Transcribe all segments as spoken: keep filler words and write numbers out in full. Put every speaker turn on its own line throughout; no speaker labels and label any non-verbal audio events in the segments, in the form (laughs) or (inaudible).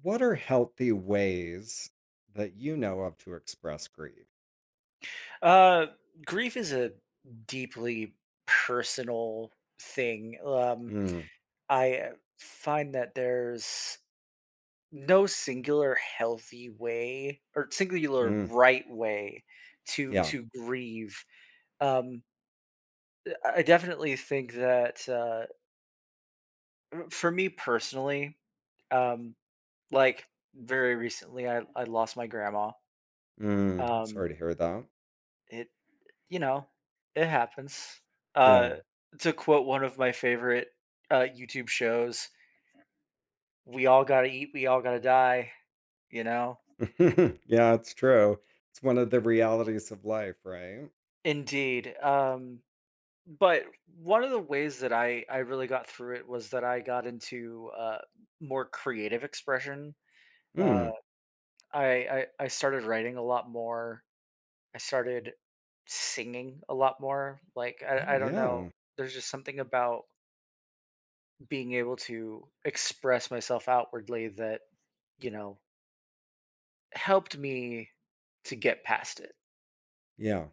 What are healthy ways that you know of to express grief?
Uh, Grief is a deeply personal thing. Um,
Mm.
I uh, find that there's no singular healthy way or singular
Mm.
right way to
Yeah.
to grieve. Um, I I definitely think that uh, for me personally, um, like very recently, I, I lost my grandma.
Mm, I'm
Um,
sorry to hear that.
it You know, it happens.
Yeah.
Uh, to quote one of my favorite uh, YouTube shows, "We all gotta eat, we all gotta die." You know,
(laughs) Yeah, it's true. It's one of the realities of life, right?
indeed. Um, but one of the ways that I I really got through it was that I got into uh, more creative expression. Uh,
Mm.
I, I I started writing a lot more. I started singing a lot more. Like I
Oh,
I don't know.
yeah.
There's just something about being able to express myself outwardly that You know, helped me to get past it.
Yeah.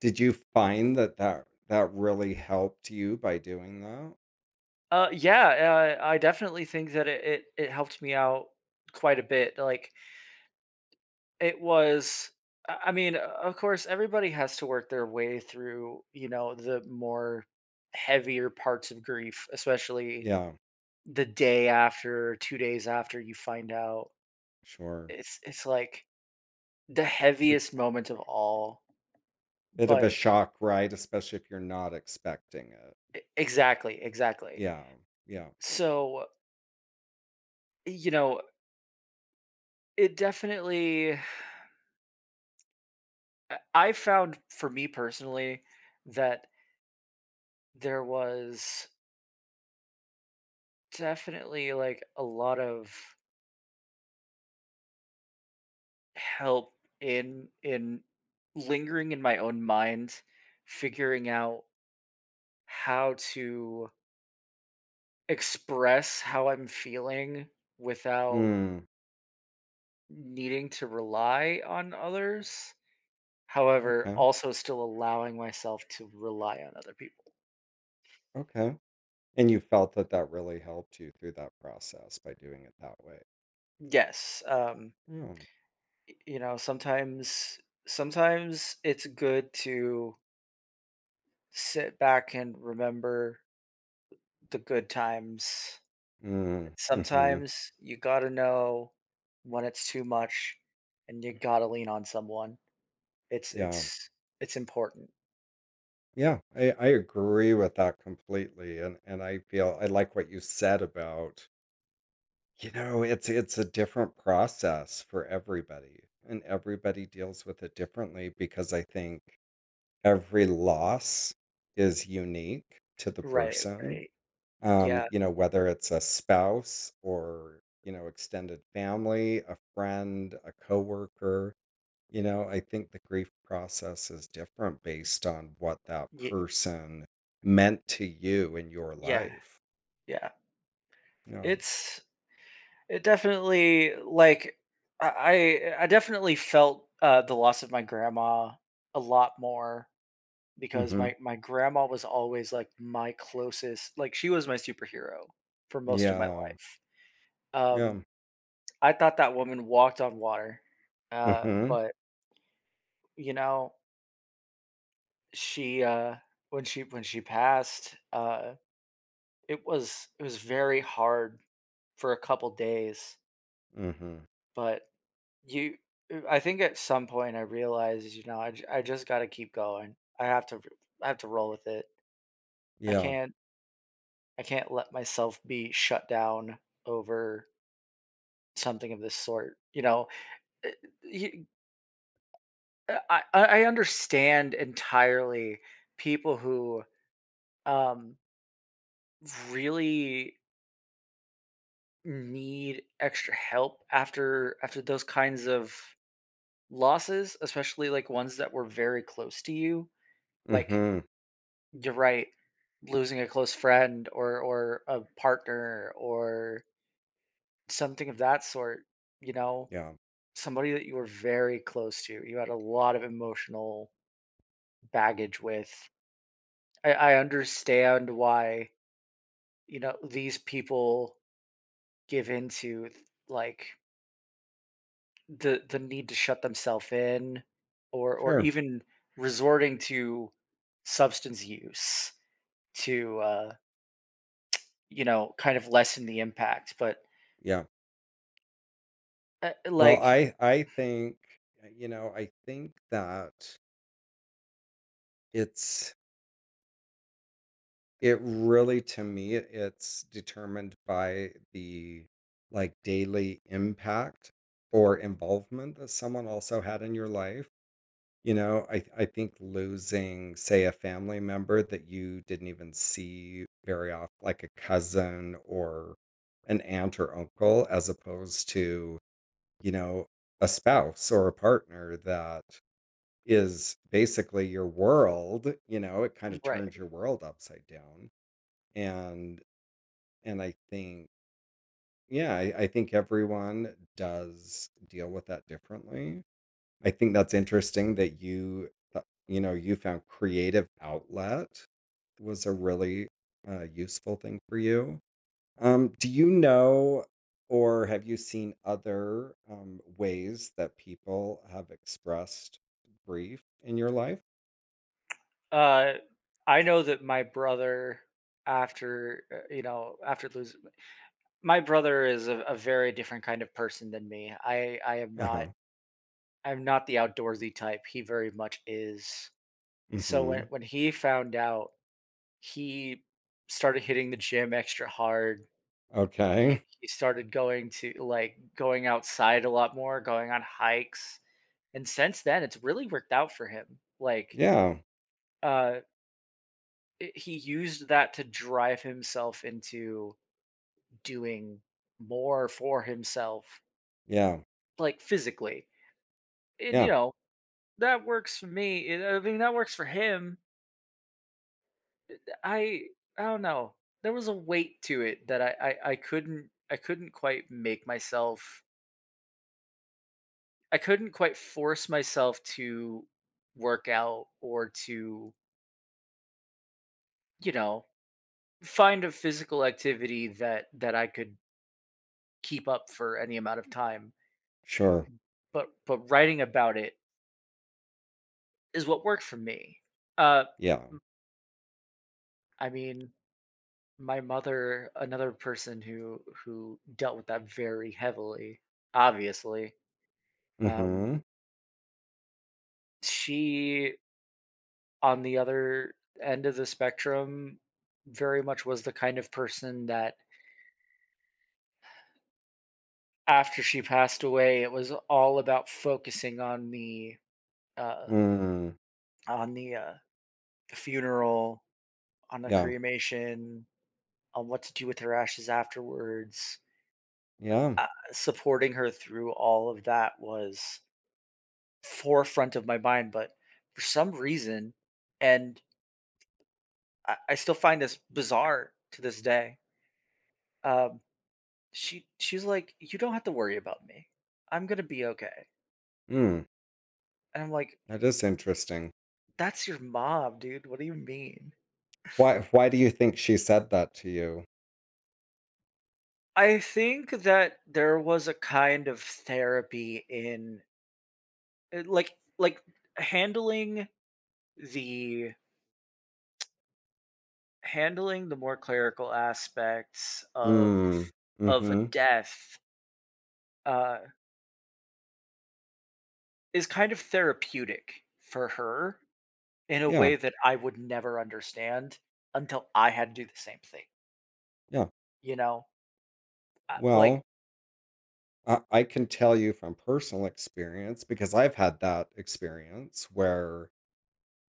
Did you find that that that really helped you by doing that?
Uh, yeah, uh, I definitely think that it, it it helped me out quite a bit. Like it was, I I mean, uh, of course, everybody has to work their way through, you know, the more heavier parts of grief, especially
Yeah,
the day after, two days after you find out.
sure.
It's it's like the
It's a
heaviest moment of all.
bit of a
But
shock, right? Especially if you're not expecting it.
e- exactly, exactly.
Yeah. Yeah.
So you know, it definitely, I found for me personally that there was definitely like a lot of help in in lingering in my own mind, figuring out how to express how I'm feeling without
Mm.
needing to rely on others. However,
Okay.
also still allowing myself to rely on other people.
Okay. And you felt that that really helped you through that process by doing it that way.
Yes. Um
Yeah.
Y you know, sometimes sometimes it's good to sit back and remember the good times.
Mm, mhm.
Sometimes you gotta know when it's too much and you gotta lean on someone. It's
Yeah.
it's it's important.
Yeah, I I agree with that completely, and and I feel I like what you said about, you know, it's it's a different process for everybody, and everybody deals with it differently because I think every loss is unique to the
Right,
person.
right. Yeah,
Um, you know, whether it's a spouse or, you know, extended family, a friend, a coworker, you know, I think the grief process is different based on what that
ye
person meant to you in your
yeah,
life.
yeah.
Yeah.
It's it definitely, like, I I I definitely felt, uh, the loss of my grandma a lot more because
Hmm.
my my grandma was always, like, my closest, like, she was my superhero for most of my
Yeah.
life.
Yeah.
Um, I thought that woman walked on water, uh,
Hmm.
but, you know, she, uh when she when she passed, uh, it was it was very hard for a couple days,
Hmm.
but you uh, I think at some point I realized, you know, I j I just gotta keep going. I have to r I have to roll with it. I
Yeah.
can't I can't let myself be shut down over something of this sort. You know, Uh, you- I I I understand entirely people who um, really need extra help after after those kinds of losses, especially like ones that were very close to you. Like
Hmm.
you're right, losing a close friend or or a partner or something of that sort. You know,
Yeah.
somebody that you were very close to, you had a lot of emotional baggage with. I, I understand why, you know, these people give into, like, the the need to shut themselves in or or
Sure.
even resorting to substance use to uh you know, kind of lessen the impact, but
Yeah.
uh,
Well,
like
I I think, uh, you know, I think that it's it really, to me, it's determined by the, like, daily impact or involvement that someone also had in your life, you know? I I think losing, say, a family member that you didn't even see very often, like a cousin or an aunt or uncle, as opposed to, you know, a spouse or a partner that is basically your world, you know? It kinda
right
turns your world upside down, and and I think yeah, I I think everyone does deal with that differently. I think that's interesting that you th you know, you found creative outlet was a really, uh, useful thing for you. Um, do you know or have you seen other, um, ways that people have expressed grief in your life?
uh I know that my brother after uh, you know, after lose, my brother is a, a very different kind of person than me. I I am not,
Uh-huh.
I'm not the outdoorsy type. He very much is. So when
Mhm.
when he found out, he started hitting the gym extra hard. He
Okay.
he started going to, like, going outside a lot more, going on hikes. And since then, it's really worked out for him. Like
Yeah.
uh i- he used that to drive himself into doing more for himself,
Yeah.
like physically and you
Yeah.
know. That works for me, it, I mean, that works for him. I I don't know. There was a weight to it that I I I couldn't I couldn't quite make myself, I couldn't quite force myself to work out or to, you know, find a physical activity that that I could keep up for any amount of time,
Sure.
but but writing about it is what worked for me. Uh,
Yeah.
I mean, my mother, another person who who dealt with that very heavily, obviously. Um,
Mhm.
she, on the other end of the spectrum, very much was the kind of person that after she passed away, it was all about focusing on the uh,
Mm.
on the uh, funeral, on the
Yeah.
cremation, on what to do with her ashes afterwards.
Yeah.
Uh, Supporting her through all of that was forefront of my mind, but for some reason, and I, I still find this bizarre to this day. Um, she she's like, "You don't have to worry about me. I'm gonna be okay."
Mm.
And I'm like,
That is interesting.
"That's your mom, dude. What do you mean?"
Why why do you think she said that to you?
I think that there was a kind of therapy in uh, like like handling the handling the more clerical aspects of
Mm.
of a
Mm-hmm.
death. Uh, is kind of therapeutic for her in a
Yeah.
way that I would never understand until I had to do the same thing,
Yeah.
you know? Uh, like,
Well, I, I can tell you from personal experience because I've had that experience where,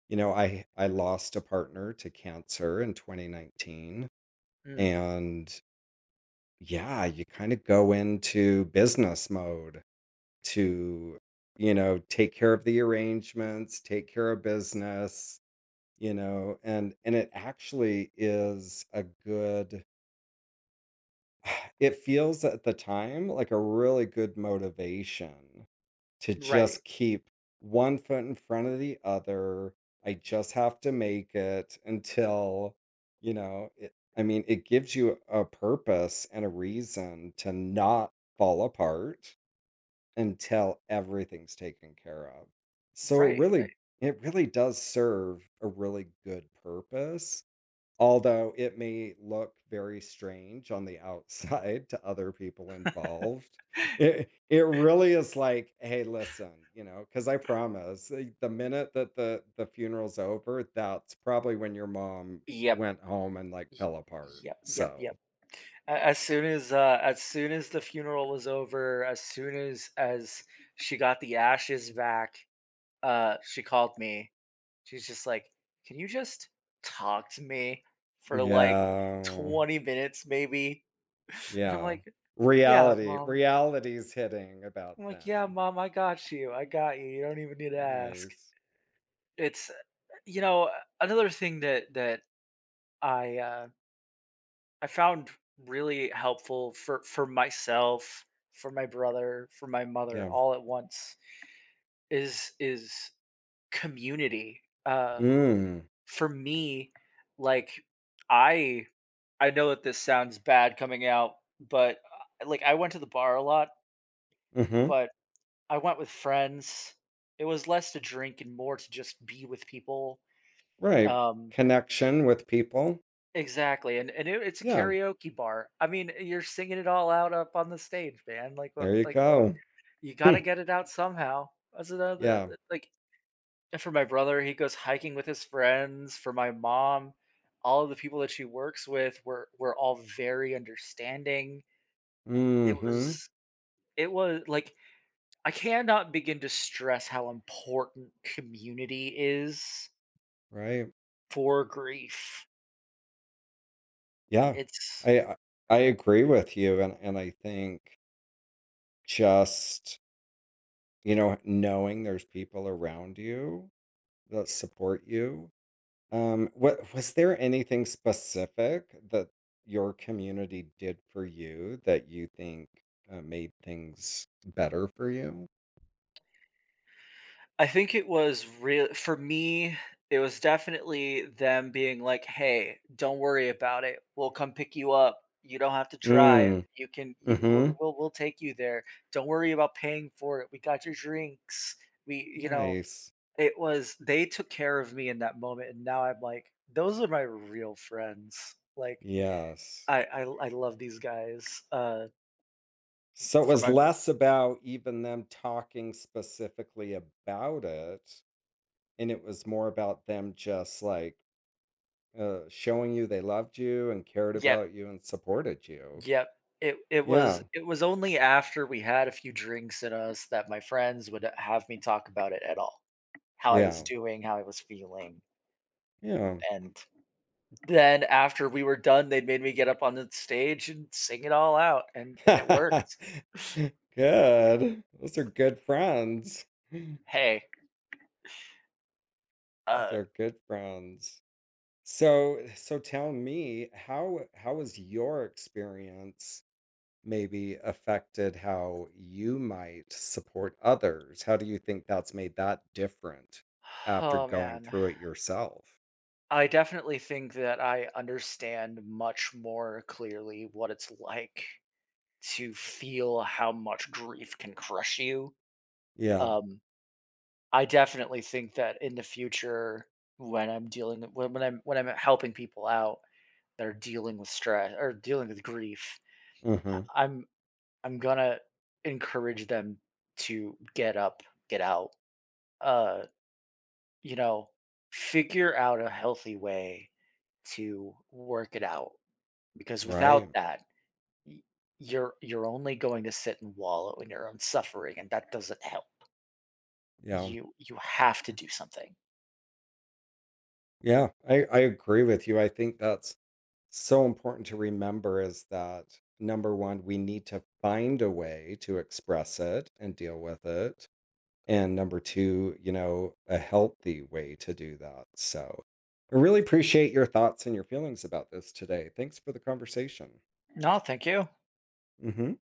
you know, I I lost a partner to cancer in twenty nineteen,
mm,
and yeah, you kind of go into business mode to, you know, take care of the arrangements, take care of business, you know, and and it actually is a good (sighs) it feels at the time like a really good motivation to
right,
just keep one foot in front of the other i just have to make it until, you know it, i mean it gives you a purpose and a reason to not fall apart until everything's taken care of, so it
right.
really, it really does serve a really good purpose. Although it may look very strange on the outside (laughs) to other people involved, it it really is like, "Hey, listen," you know, because I promise, eh, the minute that the the funeral's over, that's probably when your mom
Yep.
went home and, like,
y-
fell apart,
Yep, yep, yep.
so.
A- As soon as uh as soon as the funeral was over, as soon as as she got the ashes back, uh she called me. She's just like, "Can you just talk to me for like
Yeah,
twenty minutes maybe?" (laughs) And I'm
yeah.
like, yeah,
Reality
mom.
reality's hitting about
I'm like, yeah,
them.
mom, I got you. I got you. You don't even need to ask.
Nice.
It's, uh, you know, another thing that that I uh, I found really helpful for for myself, for my brother, for my mother,
Yeah.
all at once is is community. Uh,
Mm,
for me, like I I know that this sounds bad coming out, but uh, like I went to the bar a lot,
mhm.
but I went with friends. It was less to drink and more to just be with people.
Right.
Um,
Connection with people.
exactly, and and it, it's a
Yeah.
karaoke bar. I mean, eh, you're singing it all out up on the stage, man. Like what?
There you
Like
go.
you got to
Hmm,
get it out somehow. That's another
yeah.
eh, like and for my brother, he goes hiking with his friends. For my mom, all of the people that she works with were were all very understanding. It
Mhm.
was it was like I cannot begin to stress how important community is
Right.
for grief.
Yeah.
It's
I I I agree with you, and and I think just, you know, knowing there's people around you that support you. Um, what was there anything specific that your community did for you that you think, uh, made things better for you?
I think it was real for me, it was definitely them being like, "Hey, don't worry about it. We'll come pick you up. You don't have to drive.
Mm.
You can you, we'll,
Mhm.
we'll we'll take you there. Don't worry about paying for it. We got your drinks." We, you know,
Nice.
it was they took care of me in that moment and now I'm like, those are my real friends. Like
Yes.
I I I love these guys. Uh
So it
for
was
my
less about even them talking specifically about it, and it was more about them just, like, uh, showing you they loved you and cared
Yeah,
about you and supported you.
yep. It it was
Yeah.
it was only after we had a few drinks in us that my friends would have me talk about it at all. How I was
Yeah.
doing, how I was feeling.
Yeah.
And then after we were done, they made me get up on the stage and sing it all out and and it worked.
(laughs) Good. Those are good friends. (laughs) Those
Hey, uh
are good friends. So so tell me, how how was your experience Maybe affected how you might support others? How do you think that's made that different
(sighs)
after
oh
going
man.
through it yourself?
I definitely think that I understand much more clearly what it's like to feel how much grief can crush you.
Yeah.
Um I definitely think that in the future, when I'm dealing when when I'm when I'm helping people out that are dealing with stress or dealing with grief, I-
Mhm.
I'm I'm gonna encourage them to get up, get out, uh, you know, figure out a healthy way to work it out because without
Right.
that, y- you're you're only going to sit and wallow in your own suffering, and that doesn't help.
Yeah.
You you have to do something.
Yeah. I I agree with you. I think that's so important to remember is that number one, we need to find a way to express it and deal with it, and number two, you know, a healthy way to do that. So I really appreciate your thoughts and your feelings about this today. Thanks for the conversation.
No, thank you.
Hmm.